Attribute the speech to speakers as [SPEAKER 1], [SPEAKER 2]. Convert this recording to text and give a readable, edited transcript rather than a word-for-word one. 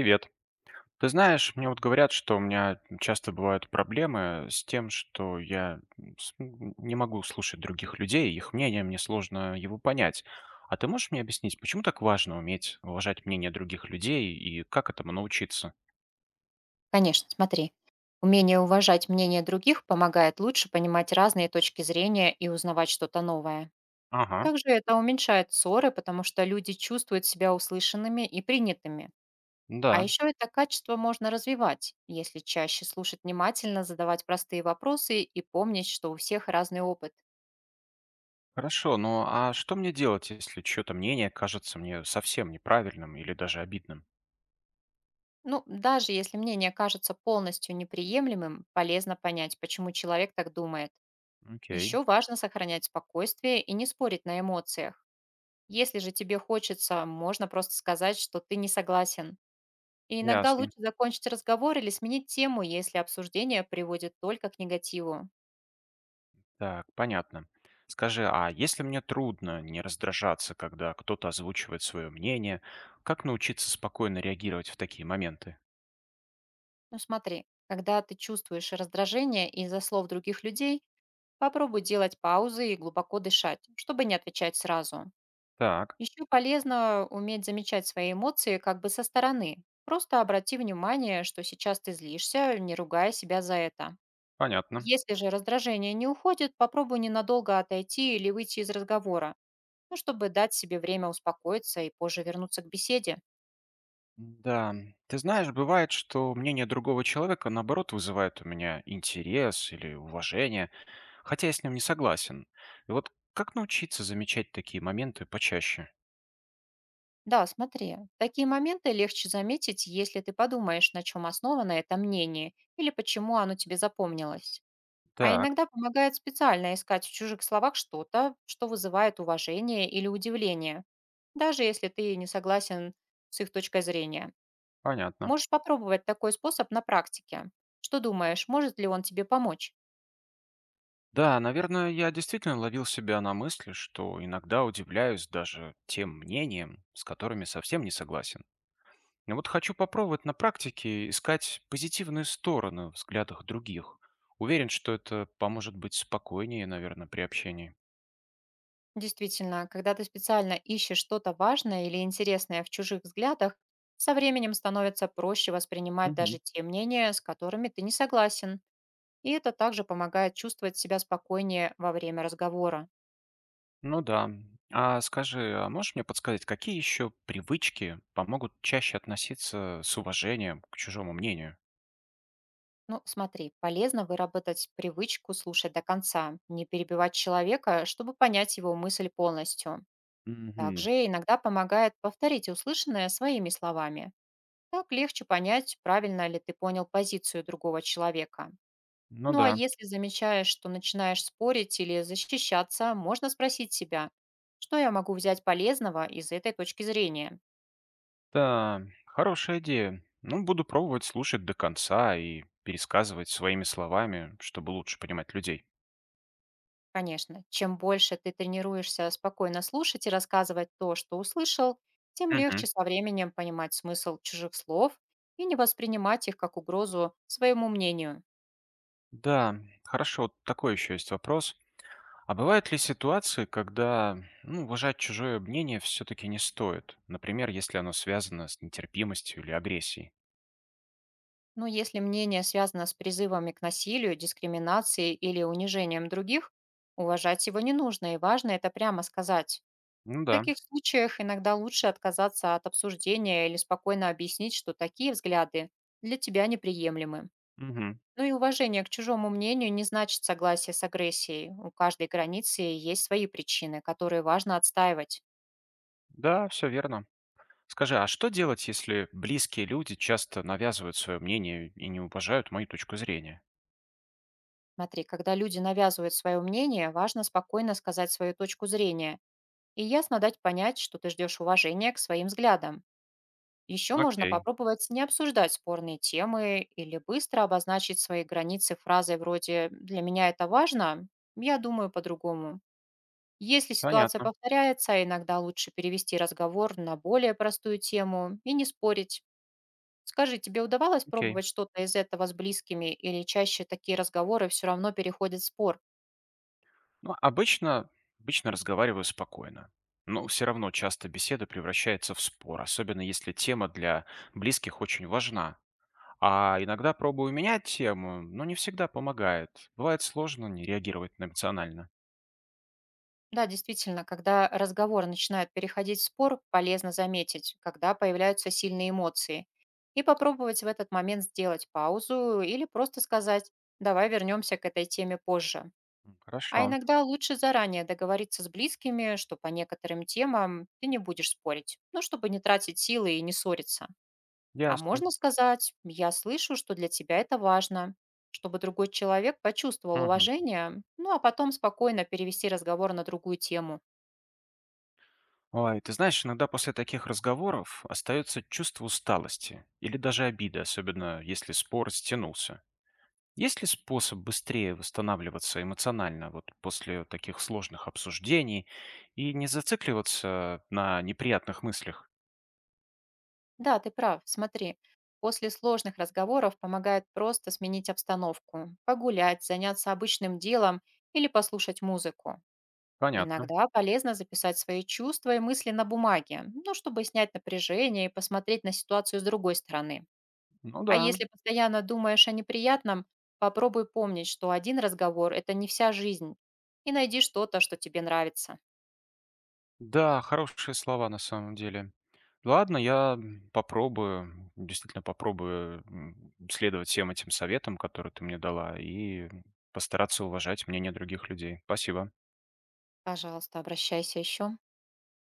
[SPEAKER 1] Привет. Ты знаешь, мне вот говорят, что у меня часто бывают проблемы с тем, что я с- не могу слушать других людей, их мнение, мне сложно его понять. А ты можешь мне объяснить, почему так важно уметь уважать мнение других людей и как этому научиться?
[SPEAKER 2] Конечно, смотри. Умение уважать мнение других помогает лучше понимать разные точки зрения и узнавать что-то новое.
[SPEAKER 1] Ага,
[SPEAKER 2] Также это уменьшает ссоры, потому что люди чувствуют себя услышанными и принятыми. А
[SPEAKER 1] да,
[SPEAKER 2] еще это качество можно развивать, если чаще слушать внимательно, задавать простые вопросы и помнить, что у всех разный опыт.
[SPEAKER 1] хорошо. Ну а что мне делать, если чье-то мнение кажется мне совсем неправильным или даже обидным?
[SPEAKER 2] Ну, даже если мнение кажется полностью неприемлемым, полезно понять, почему человек так думает.
[SPEAKER 1] Окей,
[SPEAKER 2] Еще важно сохранять спокойствие и не спорить на эмоциях. Если же тебе хочется, можно просто сказать, что ты не согласен. И иногда
[SPEAKER 1] ясно.
[SPEAKER 2] лучше закончить разговор или сменить тему, если обсуждение приводит только к негативу.
[SPEAKER 1] Так, понятно. Скажи, а если мне трудно не раздражаться, когда кто-то озвучивает свое мнение, как научиться спокойно реагировать в такие моменты?
[SPEAKER 2] Ну смотри, когда ты чувствуешь раздражение из-за слов других людей, попробуй делать паузы и глубоко дышать, чтобы не отвечать сразу.
[SPEAKER 1] Так,
[SPEAKER 2] Еще полезно уметь замечать свои эмоции как бы со стороны. Просто обрати внимание, что сейчас ты злишься, не ругая себя за это.
[SPEAKER 1] понятно.
[SPEAKER 2] Если же раздражение не уходит, попробуй ненадолго отойти или выйти из разговора, ну, чтобы дать себе время успокоиться и позже вернуться к беседе.
[SPEAKER 1] Да, ты знаешь, бывает, что мнение другого человека, наоборот, вызывает у меня интерес или уважение, хотя я с ним не согласен. И вот как научиться замечать такие моменты почаще?
[SPEAKER 2] Да, смотри, такие моменты легче заметить, если ты подумаешь, на чем основано это мнение или почему оно тебе запомнилось. А
[SPEAKER 1] Так,
[SPEAKER 2] иногда помогает специально искать в чужих словах что-то, что вызывает уважение или удивление, даже если ты не согласен с их точкой зрения.
[SPEAKER 1] понятно.
[SPEAKER 2] Можешь попробовать такой способ на практике. Что думаешь, может ли он тебе помочь?
[SPEAKER 1] Да, наверное, я действительно ловил себя на мысли, что иногда удивляюсь даже тем мнениям, с которыми совсем не согласен. Но вот хочу попробовать на практике искать позитивные стороны в взглядах других. Уверен, что это поможет быть спокойнее, наверное, при общении.
[SPEAKER 2] Действительно, когда ты специально ищешь что-то важное или интересное в чужих взглядах, со временем становится проще воспринимать
[SPEAKER 1] Мгм.
[SPEAKER 2] даже те мнения, с которыми ты не согласен. И это также помогает чувствовать себя спокойнее во время разговора.
[SPEAKER 1] Ну да. А скажи, а можешь мне подсказать, какие еще привычки помогут чаще относиться с уважением к чужому мнению?
[SPEAKER 2] Ну, смотри, полезно выработать привычку слушать до конца, не перебивать человека, чтобы понять его мысль полностью.
[SPEAKER 1] Мгм.
[SPEAKER 2] Также иногда помогает повторить услышанное своими словами. Так легче понять, правильно ли ты понял позицию другого человека.
[SPEAKER 1] Ну
[SPEAKER 2] Ну а
[SPEAKER 1] да.
[SPEAKER 2] если замечаешь, что начинаешь спорить или защищаться, можно спросить себя, что я могу взять полезного из этой точки зрения.
[SPEAKER 1] Да, хорошая идея. Ну, буду пробовать слушать до конца и пересказывать своими словами, чтобы лучше понимать людей.
[SPEAKER 2] Конечно, чем больше ты тренируешься спокойно слушать и рассказывать то, что услышал, тем легче
[SPEAKER 1] Мгм.
[SPEAKER 2] со временем понимать смысл чужих слов и не воспринимать их как угрозу своему мнению.
[SPEAKER 1] Да, хорошо, вот такой еще есть вопрос. А бывают ли ситуации, когда ну, уважать чужое мнение все-таки не стоит? Например, если оно связано с нетерпимостью или агрессией.
[SPEAKER 2] Но если мнение связано с призывами к насилию, дискриминации или унижением других, уважать его не нужно, и важно это прямо сказать.
[SPEAKER 1] Ну
[SPEAKER 2] В
[SPEAKER 1] да.
[SPEAKER 2] таких случаях иногда лучше отказаться от обсуждения или спокойно объяснить, что такие взгляды для тебя неприемлемы.
[SPEAKER 1] Мгм.
[SPEAKER 2] Ну и уважение к чужому мнению не значит согласие с агрессией. У каждой границы есть свои причины, которые важно отстаивать.
[SPEAKER 1] Да, все верно. Скажи, а что делать, если близкие люди часто навязывают свое мнение и не уважают мою точку зрения?
[SPEAKER 2] Смотри, когда люди навязывают свое мнение, важно спокойно сказать свою точку зрения и ясно дать понять, что ты ждешь уважения к своим взглядам. Еще можно
[SPEAKER 1] Окей,
[SPEAKER 2] попробовать не обсуждать спорные темы или быстро обозначить свои границы фразой вроде «для меня это важно», «я думаю по-другому». Если ситуация
[SPEAKER 1] понятно.
[SPEAKER 2] повторяется, иногда лучше перевести разговор на более простую тему и не спорить. Скажи, тебе удавалось
[SPEAKER 1] Окей.
[SPEAKER 2] пробовать что-то из этого с близкими или чаще такие разговоры все равно переходят в спор?
[SPEAKER 1] Ну, обычно разговариваю спокойно. Но все равно часто беседа превращается в спор, особенно если тема для близких очень важна. А иногда пробую менять тему, но не всегда помогает. Бывает сложно не реагировать на эмоционально.
[SPEAKER 2] Да, действительно, когда разговор начинает переходить в спор, полезно заметить, когда появляются сильные эмоции, и попробовать в этот момент сделать паузу или просто сказать «давай вернемся к этой теме позже». А
[SPEAKER 1] Хорошо,
[SPEAKER 2] иногда лучше заранее договориться с близкими, что по некоторым темам ты не будешь спорить, ну, чтобы не тратить силы и не ссориться. А
[SPEAKER 1] ясно.
[SPEAKER 2] можно сказать «я слышу, что для тебя это важно», чтобы другой человек почувствовал
[SPEAKER 1] Мгм.
[SPEAKER 2] уважение, ну а потом спокойно перевести разговор на другую тему.
[SPEAKER 1] Ой, ты знаешь, иногда после таких разговоров остается чувство усталости или даже обиды, особенно если спор стянулся. Есть ли способ быстрее восстанавливаться эмоционально вот после таких сложных обсуждений и не зацикливаться на неприятных мыслях?
[SPEAKER 2] Да, ты прав. Смотри, после сложных разговоров помогает просто сменить обстановку, погулять, заняться обычным делом или послушать музыку.
[SPEAKER 1] Понятно.
[SPEAKER 2] Иногда полезно записать свои чувства и мысли на бумаге, ну, чтобы снять напряжение и посмотреть на ситуацию с другой стороны.
[SPEAKER 1] Ну
[SPEAKER 2] А
[SPEAKER 1] да,
[SPEAKER 2] если постоянно думаешь о неприятном, попробуй помнить, что один разговор– это не вся жизнь. И найди что-то, что тебе нравится.
[SPEAKER 1] да, хорошие слова на самом деле. Ладно, я действительно попробую следовать всем этим советам, которые ты мне дала, и постараться уважать мнение других людей. Спасибо.
[SPEAKER 2] Пожалуйста, обращайся еще.